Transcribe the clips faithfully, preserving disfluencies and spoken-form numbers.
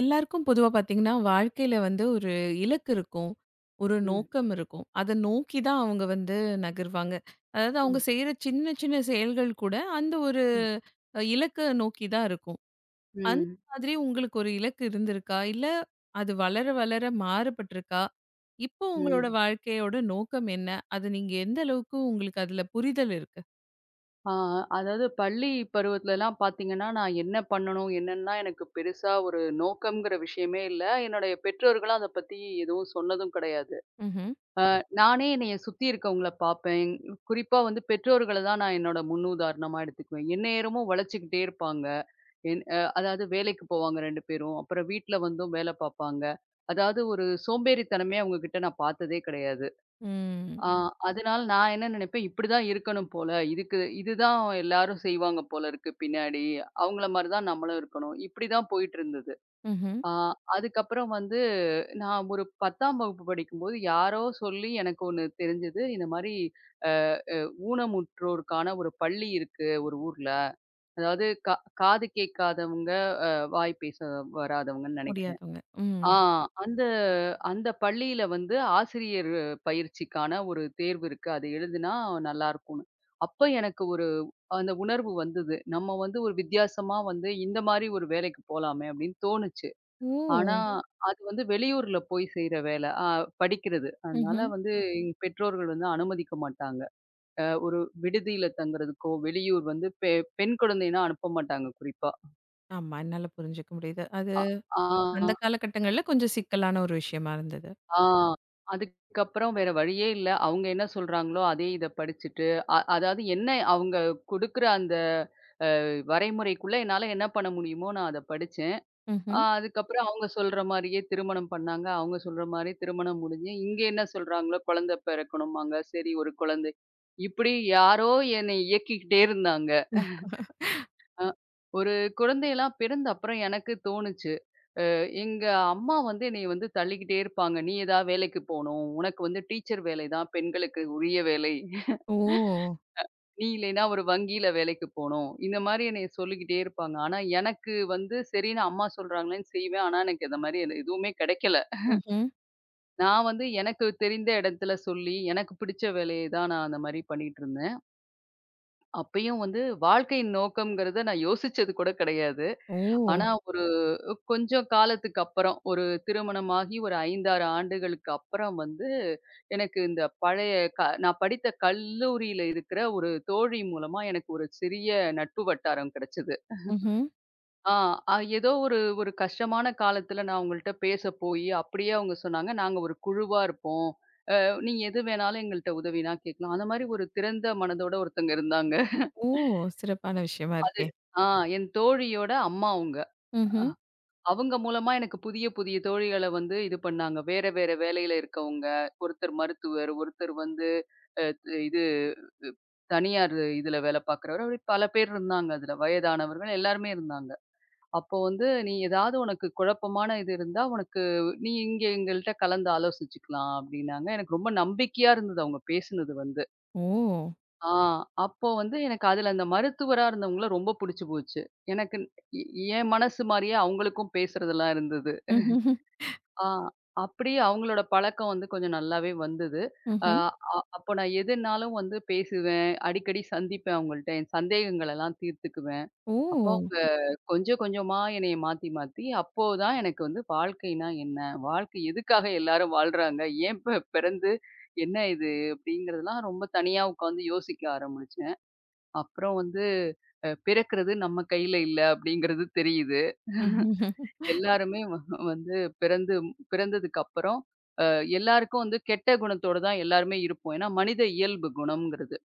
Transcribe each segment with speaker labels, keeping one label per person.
Speaker 1: எல்லாருக்கும் பொதுவா பார்த்தீங்கன்னா, வாழ்க்கையில வந்து ஒரு இலக்கு இருக்கும். ஒரு
Speaker 2: ம்,
Speaker 1: நோக்கம் இருக்கும். அத நோக்கி தான் அவங்க வந்து நகர்வாங்க. அதாவது அவங்க
Speaker 2: ம்,
Speaker 1: செய்ற சின்ன சின்ன செயல்கள் கூட அந்த ஒரு
Speaker 2: ம்,
Speaker 1: அ இலக்க நோக்கி தான் இருக்கும். அந்த
Speaker 2: ம்,
Speaker 1: மாதிரி உங்களுக்கு ஒரு இலக்கு இருந்திருக்கா? இல்ல அது வளர வளர மாறுபட்டிருக்கா? இப்போ உங்களோட
Speaker 2: ம்.
Speaker 1: ம். வாழ்க்கையோட நோக்கம் என்ன? அது நீங்க எந்த அளவுக்கு உங்களுக்கு அதுல புரிதல் இருக்கு?
Speaker 2: ஆ, அதாவது பள்ளி பருவத்துலலாம் பார்த்தீங்கன்னா, நான் என்ன பண்ணணும்? என்னன்னுலாம் எனக்கு பெருசா ஒரு நோக்கம்ங்கிற விஷயமே இல்ல. என்னுடைய பெற்றோர்களும் அத பத்தி எதுவும் சொன்னதும் கிடையாது.
Speaker 1: ம்ஹ்ம்.
Speaker 2: நானே என்னைய சுத்தி இருக்கவங்கள பார்ப்பேன். குறிப்பா வந்து பெற்றோர்கள தான் நான் என்னோட முன்னுதாரணமா எடுத்துக்குவேன். எந்நேரமும் உழைச்சுக்கிட்டே இருப்பாங்க. என் அ அதாவது வேலைக்கு போவாங்க ரெண்டு பேரும். அப்புறம் வீட்ல வந்தும் வேல பார்ப்பாங்க. அதாவது ஒரு சோம்பேறித்தனமே அவங்க கிட்ட நான் பார்த்ததே கிடையாது.
Speaker 1: ம்.
Speaker 2: ஆ அதனால நான் என்ன நினைப்பேன், இப்படிதான் இருக்கணும் போல. இதுக்கு இதுதான் எல்லாரும் செய்வாங்க போல இருக்கு பின்னாடி. அவங்கள மாரி தான் நம்மளும் இருக்கணும். இப்படிதான் போயிட்டு இருந்தது.
Speaker 1: ம்ஹ்ம்.
Speaker 2: ஆ அதுக்கப்புறம் வந்து நான் ஒரு பத்தாம் வகுப்பு படிக்கும்போது யாரோ சொல்லி எனக்கு ஒண்ணு தெரிஞ்சது. இந்த மாரி அ ஊனமுற்றோருக்கான ஒரு பள்ளி இருக்கு ஒரு ஊர்ல. அதாவது கா காது கேட்காதவங்க, வாய் பேச வராதவங்கன்னு நினைக்கிறேன்.
Speaker 1: முடியாதவங்க. ம்.
Speaker 2: ஆ அந்த அந்த பள்ளியில வந்து ஆசிரியர் பயிற்சிக்கான ஒரு தேர்வு இருக்கு. அது எழுதினா நல்லா இருக்கும்ன்னு. அப்ப எனக்கு ஒரு அந்த உணர்வு வந்தது. நம்ம வந்து ஒரு வித்தியாசமா வந்து இந்த மாரி ஒரு வேலைக்கு போலாமே அப்படின்னு தோணுச்சு. ஆனா
Speaker 1: ஓ!
Speaker 2: ம். அது வந்து வெளியூர்ல போய் செய்ற வேலை. ஆ படிக்கிறது. அதனால
Speaker 1: ம்ஹ்ம்.
Speaker 2: வந்து எங்க பெற்றோர்கள் வந்து அனுமதிக்க மாட்டாங்க. அ ஒரு விடுதியில தங்குறதுக்கோ, வெளியூர் வந்து பெ பெண் குழந்தைன்னா அனுப்ப மாட்டாங்க குறிப்பா.
Speaker 1: ஆமா. என்னால புரிஞ்சுக்க முடியுது. அது
Speaker 2: அ ஆ.
Speaker 1: அந்த காலகட்டங்கள்ல கொஞ்சம் சிக்கலான ஒரு விஷயமா இருந்தது.
Speaker 2: ஆ. அதுக்கப்புறம் வேற வழியே இல்ல. அவங்க என்ன சொல்றாங்களோ, அதே இத படிச்சுட்டு, அ அதாவது என்ன அவங்க குடுக்குற அந்த வரைமுறைக்குள்ள என்னால என்ன பண்ண முடியுமோ, நான் அத படிச்சேன். அ
Speaker 1: ம்ஹ்ம்.
Speaker 2: அதுக்கப்புறம் அவங்க சொல்ற மாரியே திருமணம் பண்ணாங்க. அவங்க சொல்ற மாரி திருமணம் முடிஞ்சு, இங்க என்ன சொல்றாங்களோ, குழந்தை பிறக்கணும்பாங்க. சரி ஒரு குழந்தை. இப்படி யாரோ என்னை இயக்கிக்கிட்டே இருந்தாங்க. அ ஒரு குழந்தையெல்லாம் பிறந்த அப்புறம் எனக்கு தோணுச்சு. எங்க அம்மா வந்து என்னைய வந்து தள்ளிக்கிட்டே இருப்பாங்க. "நீ ஏதாவது வேலைக்கு போணும். உனக்கு வந்து டீச்சர் வேலை தான் பெண்களுக்கு உரிய வேலை.
Speaker 1: ஓ!
Speaker 2: நீ இல்லைன்னா ஒரு வங்கியில வேலைக்கு போணும்." இந்த மாரி என்னைய சொல்லிக்கிட்டே இருப்பாங்க. ஆனா எனக்கு வந்து சரின்னு அம்மா சொல்றாங்களேன்னு செய்வேன். ஆனா எனக்கு இந்த மாரி எது எதுவுமே கிடைக்கல.
Speaker 1: ம்ஹ்ம்.
Speaker 2: நான் வந்து எனக்கு தெரிந்த இடத்துல சொல்லி, எனக்கு பிடிச்ச வேலைய தான் நான் அந்த மாரி பண்ணிட்டு இருந்தேன். அப்பயும் வந்து வாழ்க்கையின் நோக்கம்ங்கிறத நான் யோசிச்சது கூட கிடையாது.
Speaker 1: ஓ!
Speaker 2: ஆனா ஒரு கொஞ்சம் காலத்துக்கு அப்புறம், ஒரு திருமணமாகி ஒரு ஐந்து, ஆறு ஆண்டுகளுக்கு அப்புறம் வந்து, எனக்கு இந்த பழைய க நான் படித்த கல்லூரியில இருக்கிற ஒரு தோழி மூலமா எனக்கு ஒரு சிறிய நட்பு வட்டாரம் கிடைச்சது.
Speaker 1: ம்ஹ்ம்.
Speaker 2: ஆ அ ஏதோ ஒரு ஒரு கஷ்டமான காலத்துல நான் அவங்கள்ட்ட பேச போயி, அப்படியே அவங்க சொன்னாங்க, "நாங்க ஒரு குழுவா இருப்போம். அ நீங்க எது வேணாலும் எங்கள்ட்ட உதவினா கேட்கலாம்." அந்த மாரி ஒரு திறந்த மனதோட ஒருத்தங்க இருந்தாங்க.
Speaker 1: ஓ! சிறப்பான விஷயமா
Speaker 2: அது
Speaker 1: இருக்கே!
Speaker 2: ஆ என் தோழியோட அம்மா அவுங்க.
Speaker 1: ம்ஹ்ம்.
Speaker 2: அவங்க மூலமா எனக்கு புதிய, புதிய தோழிகள வந்து இது பண்ணாங்க. வேற, வேற வேலையில இருக்கவங்க. ஒருத்தர் மருத்துவர், ஒருத்தர் வந்து அ த் இது தனியார் இதுல வேல பார்க்குறவரு. அப்படி பல பேர் இருந்தாங்க அதுல. வயதானவர்கள் எல்லாருமே இருந்தாங்க. அப்போ வந்து "நீ ஏதாவது உனக்கு குழப்பமான இது இருந்தா, உனக்கு நீ இங்க எங்கள்ட்ட கலந்து ஆலோசிச்சுக்கலாம்" அப்படின்னாங்க. எனக்கு ரொம்ப நம்பிக்கையா இருந்தது அவங்க பேசுனது வந்து.
Speaker 1: ஓ!
Speaker 2: ஆ. அப்போ வந்து எனக்கு அதுல அந்த மருத்துவரா இருந்தவங்கள ரொம்ப புடிச்சு போச்சு. எனக்கு எ என் மனசு மாரியே அவங்களுக்கும் பேசுறதெல்லாம் இருந்தது.
Speaker 1: ம்ஹ்ஹ்ம்.
Speaker 2: ஆ அப்படியே அவங்களோட பழக்கம் வந்து கொஞ்சம் நல்லாவே வந்தது. அ
Speaker 1: ம்ஹ்ம்.
Speaker 2: அ அப்போ நான் எதுனாலும் வந்து பேசுவேன். அடிக்கடி சந்திப்பேன் அவங்கள்ட்ட. என் சந்தேகங்களெல்லாம் தீர்த்துக்குவேன்.
Speaker 1: ஓ!
Speaker 2: அப்போ அவங்க கொஞ்சம் கொஞ்சமா என்னைய மாத்தி மாத்தி, அப்போ தான் எனக்கு வந்து வாழ்க்கைனா என்ன? வாழ்க்கை எதுக்காக எல்லாரும் வாழ்றாங்க? ஏன் பெ பிறந்து என்ன இது? அப்படிங்கிறதெல்லாம் ரொம்ப தனியா உட்காந்து யோசிக்க ஆரம்பிச்சேன். அப்புறம் வந்து அ பிறக்கிறது நம்ம கையில இல்ல அப்படிங்கிறது தெரியுது.
Speaker 1: ம்ஹ்ஹ்ம்.
Speaker 2: எல்லாருமே வ வந்து பிறந்து பிறந்ததுக்கு அப்புறம் அ எல்லாருக்கும் வந்து கெட்ட குணத்தோட தான் எல்லாருமே இருப்போம். ஏன்னா மனித இயல்பு குணம்ங்கிறது.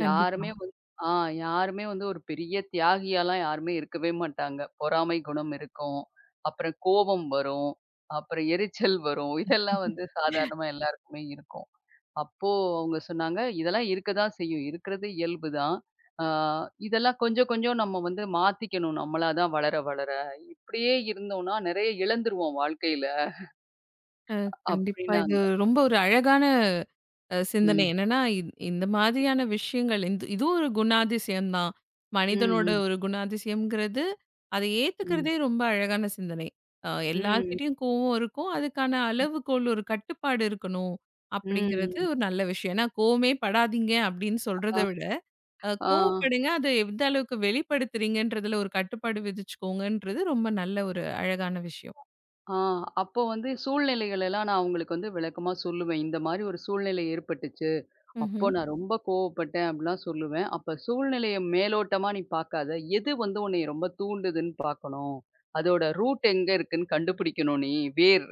Speaker 1: கண்டிப்பா.
Speaker 2: யாருமே வந்து ஆ யாருமே வந்து ஒரு பெரிய தியாகியாலாம் யாருமே இருக்கவே மாட்டாங்க. பொறாமை குணம் இருக்கும். அப்புறம் கோபம் வரும். அப்புறம் எரிச்சல் வரும். இதெல்லாம் வந்து சாதாரணமா எல்லாருக்குமே இருக்கும். அப்போ அவங்க சொன்னாங்க, "இதெல்லாம் இருக்க தான் செய்யும். இருக்கிறது இயல்பு தான். ஆ இதெல்லாம் கொஞ்சம் கொஞ்சம் நம்ம வந்து மாத்திக்கணும். நம்மளா தான் வளர வளர. இப்படியே இருந்தோம்னா நெறைய இழந்துருவோம் வாழ்க்கையில."
Speaker 1: கண்டிப்பா. இது
Speaker 2: அப்படின்னாங்க.
Speaker 1: ரொம்ப ஒரு அழகான அ சிந்தனை.
Speaker 2: ம்.
Speaker 1: என்னன்னா, இந் இந்த மாதிரியான விஷயங்கள் இந் இதுவும் ஒரு குணாதிசயம் தான்.
Speaker 2: ம்.
Speaker 1: மனிதனோட
Speaker 2: ம்.
Speaker 1: ஒரு குணாதிசயம்ங்கிறது, அதை
Speaker 2: ம்.
Speaker 1: ஏத்துக்கிறதே ரொம்ப அழகான சிந்தனை. அ
Speaker 2: ம்.
Speaker 1: எல்லார்கிட்டயும் கோவம் இருக்கும். அதுக்கான அளவுகோல் ஒரு கட்டுப்பாடு இருக்கணும்.
Speaker 2: ம்.
Speaker 1: அப்படிங்கிறது
Speaker 2: ம்.
Speaker 1: ஒரு நல்ல விஷயம். ஏன்னா, கோவமே படாதீங்க அப்படின்னு சொல்றத
Speaker 2: ஆ.
Speaker 1: விட, அ
Speaker 2: ஆ.
Speaker 1: கோவப்படுங்க. அதை எந்த அளவுக்கு வெளிப்படுத்துறீங்கன்றதுல ஒரு கட்டுப்பாடு விதிச்சுக்கோங்கன்றது ரொம்ப நல்ல ஒரு அழகான விஷயம்.
Speaker 2: ஆ. அப்போ வந்து சூழ்நிலைகள் எல்லாம் நான் அவங்களுக்கு வந்து விளக்கமா சொல்லுவேன். இந்த மாரி ஒரு சூழ்நிலை ஏற்பட்டுச்சு. அப்போ
Speaker 1: ம்ஹ்ம்.
Speaker 2: நான் ரொம்ப கோவப்பட்டேன் அப்படிலாம் சொல்லுவேன். அப்ப சூழ்நிலைய மேலோட்டமா நீ பார்க்காத. எது வந்து உன்னைய ரொம்ப தூண்டுதுன்னு பார்க்கணும். அதோட ரூட் எங்க இருக்குன்னு கண்டுபிடிக்கணும் நீ. வேர்.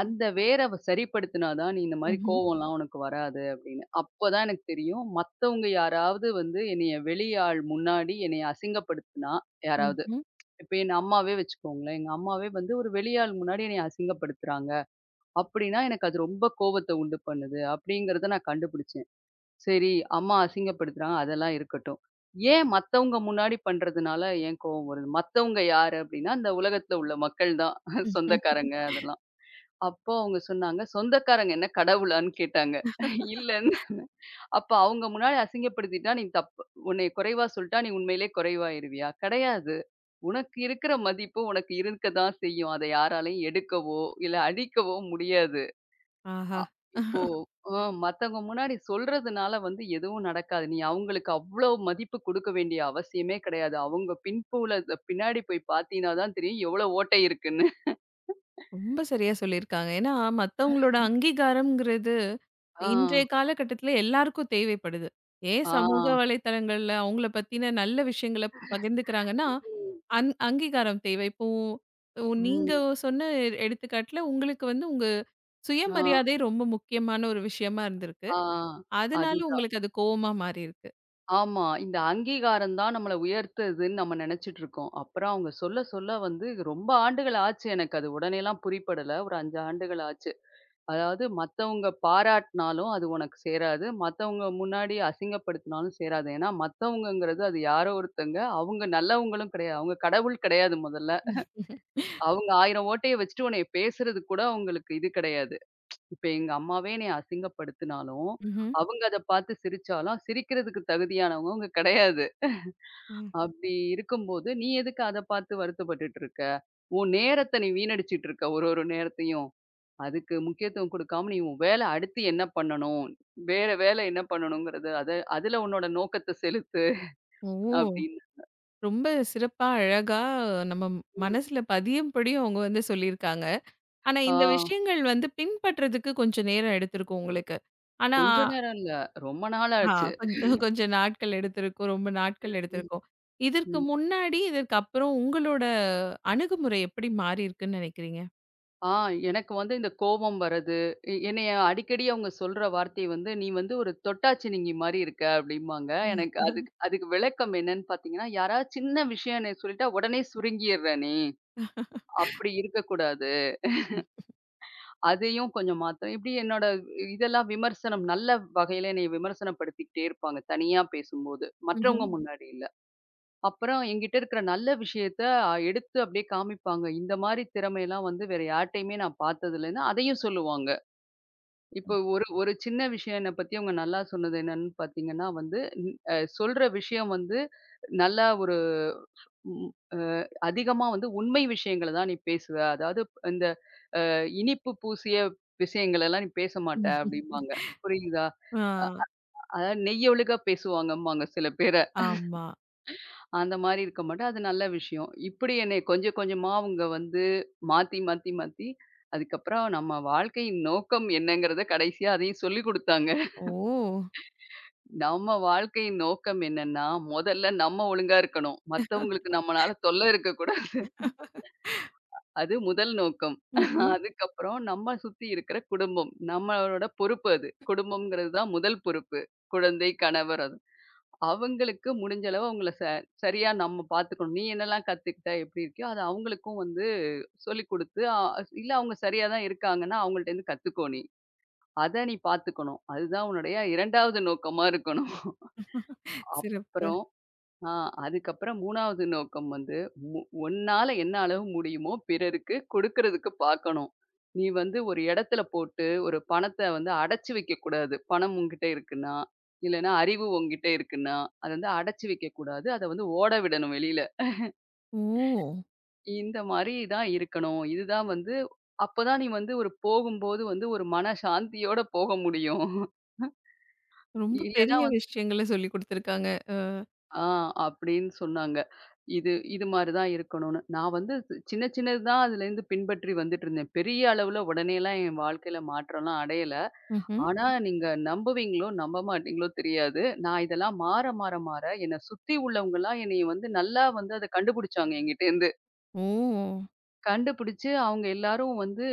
Speaker 2: அந்த வேர வ சரிப்படுத்தினா தான் நீ இந்த மாரி
Speaker 1: ம்ஹ்ம்.
Speaker 2: கோவம்லாம் உனக்கு வராது அப்படின்னு. அப்பதான் எனக்கு தெரியும். மத்தவங்க யாராவது வந்து என்னைய வெளியாள் முன்னாடி என்னைய அசிங்கப்படுத்துனா யாராவது.
Speaker 1: ம்ஹ்ம்.
Speaker 2: இப்ப என் அம்மாவே வச்சுக்கோங்களேன். எங்க அம்மாவே வந்து ஒரு வெளியாள் முன்னாடி என்னைய அசிங்கப்படுத்துறாங்க. அப்படின்னா எனக்கு அது ரொம்ப கோவத்த உண்டு பண்ணுது. அப்படிங்கிறத நான் கண்டுபிடிச்சேன். சரி, அம்மா அசிங்கப்படுத்துறாங்க. அதெல்லாம் இருக்கட்டும். ஏன் மத்தவங்க முன்னாடி பண்றதுனால ஏன் கோவம் வருது? மத்தவங்க யாரு அப்டின்னா, அந்த உலகத்துல உள்ள மக்கள் தான். சொந்தக்காரங்க அதெல்லாம். அப்போ அவங்க சொன்னாங்க, "சொந்தக்காரங்க என்ன கடவுளான்னு?" கேட்டாங்க. இல்லன்னு அப்ப அவங்க முன்னாடி அசிங்கப்படுத்திட்டா நீ தப்பு உன்னைய குறைவா சொல்ட்டா, நீ உண்மையிலே குறைவாயிருவியா? கிடையாது. உனக்கு இருக்கிற மதிப்பு உனக்கு இருக்க தான் செய்யும். அத யாராலயும் எடுக்கவோ, இல்ல அழிக்கவோ முடியாது.
Speaker 1: ஆஹா!
Speaker 2: அ இப்போ அ மத்தவங்க முன்னாடி சொல்றதுனால வந்து எதுவும் நடக்காது. நீ அவங்களுக்கு அவ்ளோ மதிப்பு குடுக்க வேண்டிய அவசியமே கிடையாது. அவங்க பின்புல பின்னாடி போய் பார்த்தீன்னா தான் தெரியும் எவ்வளோ ஓட்டை இருக்குன்னு.
Speaker 1: ரொம்ப சரியா சொல்லியிருக்காங்க. ஏன்னா, மத்தவங்களோட அங்கீகாரம்ங்கிறது,
Speaker 2: ஆ,
Speaker 1: இன்றைய காலகட்டத்தில எல்லாருக்கும் தேவைப்படுது. ஏன்
Speaker 2: ஆ.
Speaker 1: சமூக வலைத்தளங்கள்ல அவங்கள பத்தின நல்ல விஷயங்கள பகிர்ந்துக்கிறாங்கன்னா,
Speaker 2: ம்,
Speaker 1: அந் அங்கீகாரம் தேவை. இப்போ ஒ நீங்க
Speaker 2: ம்.
Speaker 1: சொன்ன எ- எடுத்துக்காட்டுல உங்களுக்கு வந்து உங்க
Speaker 2: ஆ,
Speaker 1: சுயமரியாதை ரொம்ப முக்கியமான ஒரு விஷயமா இருந்திருக்கு.
Speaker 2: ஆ.
Speaker 1: அதனால
Speaker 2: அதுதான்.
Speaker 1: உங்களுக்கு அது கோவமா மாறியிருக்கு.
Speaker 2: ஆமா. இந்த அங்கீகாரம் தான் நம்மள உயர்த்துதுன்னு நம்ம நெனச்சுட்டு இருக்கோம். அப்புறம் அவங்க சொல்ல சொல்ல வந்து ரொம்ப ஆண்டுகள் ஆச்சு எனக்கு அது உடனேலாம் புரிப்படல. ஒரு ஐந்து ஆண்டுகள் ஆச்சு. அதாவது மத்தவங்க பாராட்டினாலும் அது உனக்கு சேராது. மத்தவங்க முன்னாடி அசிங்கப்படுத்தினாலும் சேராது. ஏன்னா மத்தவங்கங்கிறது அது யாரோ ஒருத்தங்க. அவங்க நல்லவங்களும் கிடையாது. அவங்க கடவுள் கிடையாது முதல்ல. அவங்க ஆயிரம் ஓட்டைய வச்சுட்டு உன்னைய பேசுறதுக்கு கூட அவங்களுக்கு இது கிடையாது. இப்ப எங்க அம்மாவே என்னைய அசிங்கப்படுத்தினாலும்,
Speaker 1: ம்ஹ்ம்.
Speaker 2: அவங்க அத பார்த்து சிரிச்சாலும் சிரிக்கிறதுக்கு தகுதியானவங்க அவங்க கிடையாது.
Speaker 1: ம்.
Speaker 2: அப்படி இருக்கும்போது, நீ எதுக்கு அத பார்த்து வருத்தப்பட்டுட்டு இருக்க? உன் நேரத்த நீ வீணடிச்சுட்டு இருக்க ஒரு ஒரு நேரத்தையும். அதுக்கு முக்கியத்துவம் குடுக்காம, நீ உன் வேல அடுத்து என்ன பண்ணணும்? வேற வேலை என்ன பண்ணணுங்கிறது அத அதுல உன்னோட நோக்கத்த செலுத்து
Speaker 1: ஓ!
Speaker 2: அப்படின்னு.
Speaker 1: ரொம்ப சிறப்பா, அழகா நம்ம மனசுல பதியும்படியும் அவங்க வந்து சொல்லியிருக்காங்க. ஆனா,
Speaker 2: ஆ
Speaker 1: இந்த விஷயங்கள் வந்து பின்பற்றதுக்கு கொஞ்சம் நேரம் எடுத்திருக்கும் உங்களுக்கு. ஆனா
Speaker 2: கொஞ்ச நேரம் இல்ல. ரொம்ப நாள்
Speaker 1: ஆ
Speaker 2: ஆச்சு.
Speaker 1: கொஞ்சம் கொஞ்சம் நாட்கள் எடுத்திருக்கும். ரொம்ப நாட்கள்
Speaker 2: ம்.
Speaker 1: எடுத்திருக்கும். இதற்கு
Speaker 2: ம்.
Speaker 1: முன்னாடி, இதற்கு அப்புறம் உங்களோட அணுகுமுறை எப்படி மாறியிருக்குன்னு நினைக்கிறீங்க?
Speaker 2: ஆ எனக்கு வந்து இந்த கோபம் வரது. எ என்னைய அடிக்கடி அவங்க சொல்ற வார்த்தை வந்து, "நீ வந்து ஒரு தொட்டாச்சினுங்கி மாரி இருக்க" அப்படிம்பாங்க. எனக்கு அதுக்கு அதுக்கு விளக்கம் என்னன்னு பார்த்தீங்கன்னா, யாராவது சின்ன விஷயம் என்னைய சொல்லிட்டா, "உடனே சுருங்கிர்றனே" அப்படி இருக்கக்கூடாது. அதையும் கொஞ்சம் மாத்தணும். இப்படி என்னோட இதெல்லாம் விமர்சனம் நல்ல வகையில என்னைய விமர்சனப்படுத்திக்கிட்டே இருப்பாங்க, தனியா பேசும்போது.
Speaker 1: ம்ஹ்ம்.
Speaker 2: மற்றவங்க முன்னாடி இல்ல. அப்புறம் என்கிட்ட இருக்கிற நல்ல விஷயத்த அ எடுத்து அப்படியே காமிப்பாங்க. இந்த மாரி திறமையெல்லாம் வந்து வேற யார்ட்டயுமே நான் பார்த்தது இல்லன்னு அதையும் சொல்லுவாங்க. இப்போ ஒரு ஒரு சின்ன விஷயம் என்ன பத்தி அவங்க நல்லா சொன்னது என்னன்னு பார்த்தீங்கன்னா வந்து, ன் அ சொல்ற விஷயம் வந்து நல்லா ஒரு ம் அ அதிகமா வந்து உண்மை விஷயங்கள தான் நீ பேசுவ. அதாவது இந்த இனிப்பு பூசிய விஷயங்களெல்லாம் நீ பேச மாட்ட
Speaker 1: ம்.
Speaker 2: அப்படிம்பாங்க. புரியுதா?
Speaker 1: ஆ
Speaker 2: அ அதாவது நெய்யொழுகா பேசுவாங்கம்பாங்க சில பேர.
Speaker 1: ஆமா.
Speaker 2: அந்த மாரி இருக்க மாட்டேன். அது நல்ல விஷயம். இப்படி என்னைய கொஞ்சம் கொஞ்சமா அவங்க வந்து மாத்தி, மாத்தி, மாத்தி அதுக்கப்புறம் நம்ம வாழ்க்கையின் நோக்கம் என்னங்கிறத கடைசியா அதையும் சொல்லிக் குடுத்தாங்க.
Speaker 1: ஓ!
Speaker 2: நம்ம வாழ்க்கையின் நோக்கம் என்னன்னா, முதல்ல நம்ம ஒழுங்கா இருக்கணும். மத்தவங்களுக்கு நம்மனால தொல்லை இருக்கக்கூடாது. அது முதல் நோக்கம்.
Speaker 1: ம்ஹ்ம்.
Speaker 2: அதுக்கப்புறம் நம்ம சுத்தி இருக்கிற குடும்பம். நம்மளோட பொறுப்பு அது. குடும்பம்ங்கிறது தான் முதல் பொறுப்பு. குழந்தை, கணவர் அது. அவங்களுக்கு முடிஞ்ச அளவு அவங்கள ச சரியா நம்ம பார்த்துக்கணும். நீ என்னலாம் கத்துக்கிட்ட? எப்படி இருக்கியோ, அத அவங்களுக்கும் வந்து சொல்லிக் குடுத்து, அ இல்ல அவங்க சரியா தான் இருக்காங்கன்னா, அவங்கள்ட்டேருந்து கத்துக்கோ நீ. அத நீ பார்த்துக்கணும். அதுதான் உன்னுடைய இரண்டாவது நோக்கமா இருக்கணும்.
Speaker 1: சிறப்பு.
Speaker 2: அப்புறம் ஆ அதுக்கப்புறம் மூன்றாவது நோக்கம் வந்து, மு உன்னால என்ன அளவு முடியுமோ பிறருக்கு கொடுக்கறதுக்கு பார்க்கணும். நீ வந்து ஒரு இடத்துல போட்டு, ஒரு பணத்த வந்து அடைச்சு வைக்கக்கூடாது. பணம் உன்கிட்ட இருக்குன்னா, இல்லன்னா அறிவு உன்கிட்ட இருக்குன்னா, அத வந்து அடைச்சு வைக்கக்கூடாது. அத வந்து ஓட விடணும் வெளியில.
Speaker 1: ஓ!
Speaker 2: இந்த மாரி தான் இருக்கணும். இதுதான் வந்து அப்பதான் நீ வந்து ஒரு போகும்போது வந்து ஒரு மன சாந்தியோட போக முடியும்.
Speaker 1: ரொம்ப
Speaker 2: இல்லன்னா
Speaker 1: பெரிய விஷயங்கள சொல்லிக் குடுத்துருக்காங்க.
Speaker 2: ஆ அப்படின்னு சொன்னாங்க. இது இது மாரி தான் இருக்கணும்னு. நான் வந்து சி- சின்ன சின்னது தான் அதுலேருந்து பின்பற்றி வந்துட்டுருந்தேன். பெரிய அளவுல உடனேலாம் என் வாழ்க்கையில மாற்றம்லாம் அடையல.
Speaker 1: ம்ஹ்ம்.
Speaker 2: ஆனா நீங்க நம்புவீங்களோ, நம்ப மாட்டீங்களோ தெரியாது. நான் இதெல்லாம் மாற மாற மாற என்னை சுத்தி உள்ளவங்கலாம் என்னைய வந்து நல்லா வந்து அத கண்டுபிடிச்சாங்க என்கிட்டேருந்து.
Speaker 1: ஓ!
Speaker 2: கண்டுபிடிச்சு அவங்க எல்லாரும் வந்து,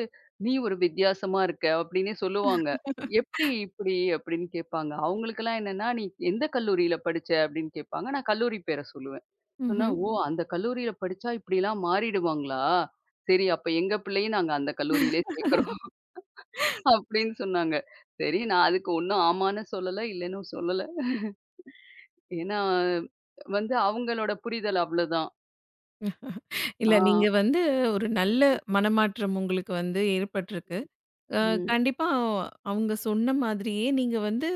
Speaker 2: "நீ ஒரு வித்தியாசமா இருக்க" அப்படின்னே சொல்லுவாங்க. "எப்படி இப்படி?" அப்படின்னு கேட்பாங்க. அவங்களுக்கெல்லாம் என்னன்னா, "நீ எந்த கல்லூரியில படிச்ச?" அப்படின்னு கேட்பாங்க. நான் கல்லூரி பேர சொல்லுவேன். சொன்னா,
Speaker 1: ம்ஹ்ம்.
Speaker 2: "ஓ! அந்த கல்லூரியில படிச்சா இப்படிலாம் மாறிடுவாங்களா? சரி அப்ப எங்க பிள்ளையும் நாங்க அந்த கல்லூரியிலே சேர்க்கிறோம்." அப்படின்னு சொன்னாங்க. சரி நான் அதுக்கு ஒண்ணும் ஆமான்னு சொல்லல, இல்லன்னும் சொல்லல. ஏன்னா வந்து அவங்களோட புரிதல் அவ்வளோதான். ஆ,
Speaker 1: இல்ல நீங்க வந்து ஒரு நல்ல மனமாற்றம் உங்களுக்கு வந்து ஏற்பட்டிருக்கு. அ
Speaker 2: ம்,
Speaker 1: கண்டிப்பா அவங்க சொன்ன மாதிரியே நீங்க வந்து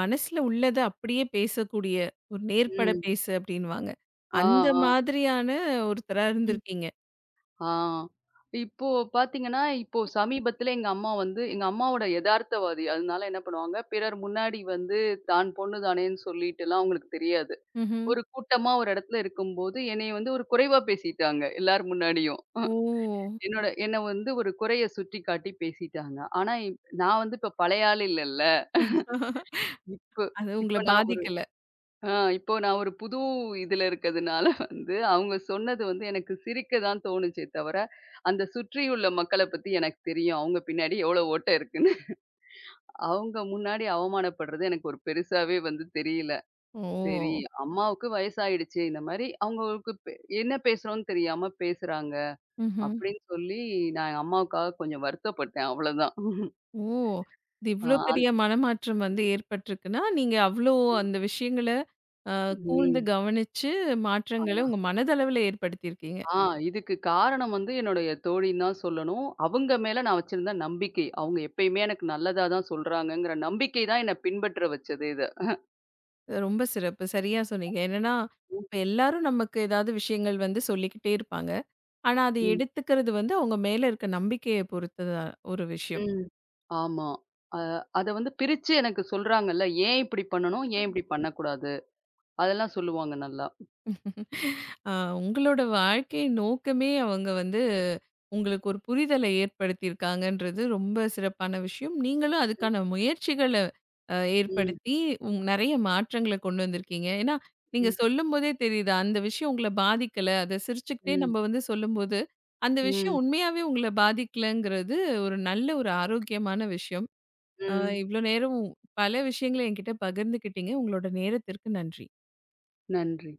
Speaker 1: மனசுல உள்ளத அப்படியே பேசக்கூடிய, ஒரு நேர்பட
Speaker 2: ம்.
Speaker 1: பேசு அப்படின்னுவாங்க.
Speaker 2: ஆ,
Speaker 1: அந்த
Speaker 2: ஆ,
Speaker 1: மாதிரியான ஒருத்தரா
Speaker 2: ம்.
Speaker 1: இருந்திருக்கீங்க.
Speaker 2: ஆ. இப்போ பார்த்தீங்கன்னா, இப்போ சமீபத்தில எங்க அம்மா வந்து எங்க அம்மாவோட எதார்த்தவாதி. அதனால என்ன பண்ணுவாங்க, பிறர் முன்னாடி வந்து தான் பொண்ணு தானேன்னு சொல்லிட்டுலாம் அவங்களுக்கு தெரியாது.
Speaker 1: ம்ஹ்ம்.
Speaker 2: ஒரு கூட்டமா ஒரு இடத்துல இருக்கும்போது, என்னைய வந்து ஒரு குறைவா பேசிட்டாங்க, எல்லார் முன்னாடியும். அஹ்
Speaker 1: ஓ!
Speaker 2: என்னோட என்ன வந்து ஒரு குறைய சுட்டிக்காட்டி பேசிட்டாங்க. ஆனா, இப் நான் வந்து இப்ப பழைய ஆள் இல்லல்ல. இப்போ
Speaker 1: அது உங்கள
Speaker 2: இப்போ நான் ஒரு
Speaker 1: பாதிக்கல.
Speaker 2: ஆ இப்போ நான் ஒரு புது இதுல இருக்கிறதுனால வந்து, அவங்க சொன்னது வந்து எனக்கு சிரிக்க தான் தோணுச்சே தவிர, அந்த சுற்றியுள்ள மக்கள பத்தி எனக்கு தெரியும். அவங்க பின்னாடி எவ்வளோ ஓட்டை இருக்குன்னு. அவங்க முன்னாடி அவமானப்படுறது எனக்கு ஒரு பெருசாவே வந்து தெரியல. சரி.
Speaker 1: ஓ!
Speaker 2: அம்மாவுக்கு வயசாயிடுச்சு. இந்த மாரி அவங்களுக்கு பெ என்ன பேசுறோம்ன்னு தெரியாம பேசுறாங்க.
Speaker 1: ம்ஹ்ம்.
Speaker 2: அப்படின்னு சொல்லி நான் எங்க அம்மாவுக்காக கொஞ்சம் வருத்தப்பட்டேன். அவ்வளோதான்.
Speaker 1: ஓ! இது
Speaker 2: ஆ
Speaker 1: இவ்ளோ
Speaker 2: அந்-
Speaker 1: பெரிய மனமாற்றம் வந்து ஏற்பட்டிருக்குன்னா, நீங்க அவ்ளோ அந்த விஷயங்கள அ கூர்ந்து
Speaker 2: ம்.
Speaker 1: கவனிச்சு
Speaker 2: ஆ
Speaker 1: மாற்றங்கள உங்க மனதளவுல ஏற்படுத்தியிருக்கீங்க.
Speaker 2: ஆ இதுக்கு காரணம் வந்து என்னுடைய தோழின்னு தான் சொல்லணும். அவங்க மேல நான் வச்சிருந்த நம்பிக்கை. அவங்க எப்பயுமே எனக்கு நல்லதா தான் சொல்றாங்கங்கிற நம்பிக்கை தான் என்ன பின்பற்ற வச்சது இத.
Speaker 1: ரொம்ப சிறப்பு. சரியா சொன்னீங்க. என்னன்னா,
Speaker 2: ம்,
Speaker 1: இப்ப எல்லாரும் நமக்கு ஏதாவது விஷயங்கள் வந்து சொல்லிக்கிட்டே இருப்பாங்க. ஆனா, அத
Speaker 2: ம்,
Speaker 1: எடுத்துக்கிறது வந்து அவங்க மேல இருக்க நம்பிக்கைய பொறுத்தது ஒரு விஷயம்.
Speaker 2: ம். ஆமா. அ அத வந்து பிரிச்சு எனக்கு சொல்றாங்கல்ல. ஏன் இப்படி பண்ணணும்? ஏன் இப்படி பண்ணக்கூடாது? அதெல்லாம் சொல்லுவாங்க நல்லா.
Speaker 1: ஆ, உங்களோட வாழ்க்கை நோக்கமே அவங்க வந்து உங்களுக்கு ஒரு புரிதலை ஏற்படுத்தியிருக்காங்கன்றது ரொம்ப சிறப்பான விஷயம். நீங்களும் அதுக்கான முயற்சிகள அ
Speaker 2: ம்,
Speaker 1: ஏற்படுத்தி, உங் நெறைய மாற்றங்கள கொண்டு வந்திருக்கீங்க. ஏன்னா, நீங்க
Speaker 2: ம்,
Speaker 1: சொல்லும்போதே தெரியுது, அந்த விஷயம் உங்கள பாதிக்கல. அத சிரிச்சுக்கிட்டே
Speaker 2: ம்.
Speaker 1: நம்ம வந்து சொல்லும்போது, அந்த விஷயம்
Speaker 2: ம்,
Speaker 1: உண்மையாவே உங்கள பாதிக்கலங்கிறது ஒரு நல்ல ஒரு ஆரோக்கியமான விஷயம். அ
Speaker 2: ம்.
Speaker 1: இவ்ளோ நேரம் பல விஷயங்கள என்கிட்ட பகிர்ந்துக்கிட்டீங்க. உங்களோட நேரத்திற்கு நன்றி.
Speaker 2: நன்றி.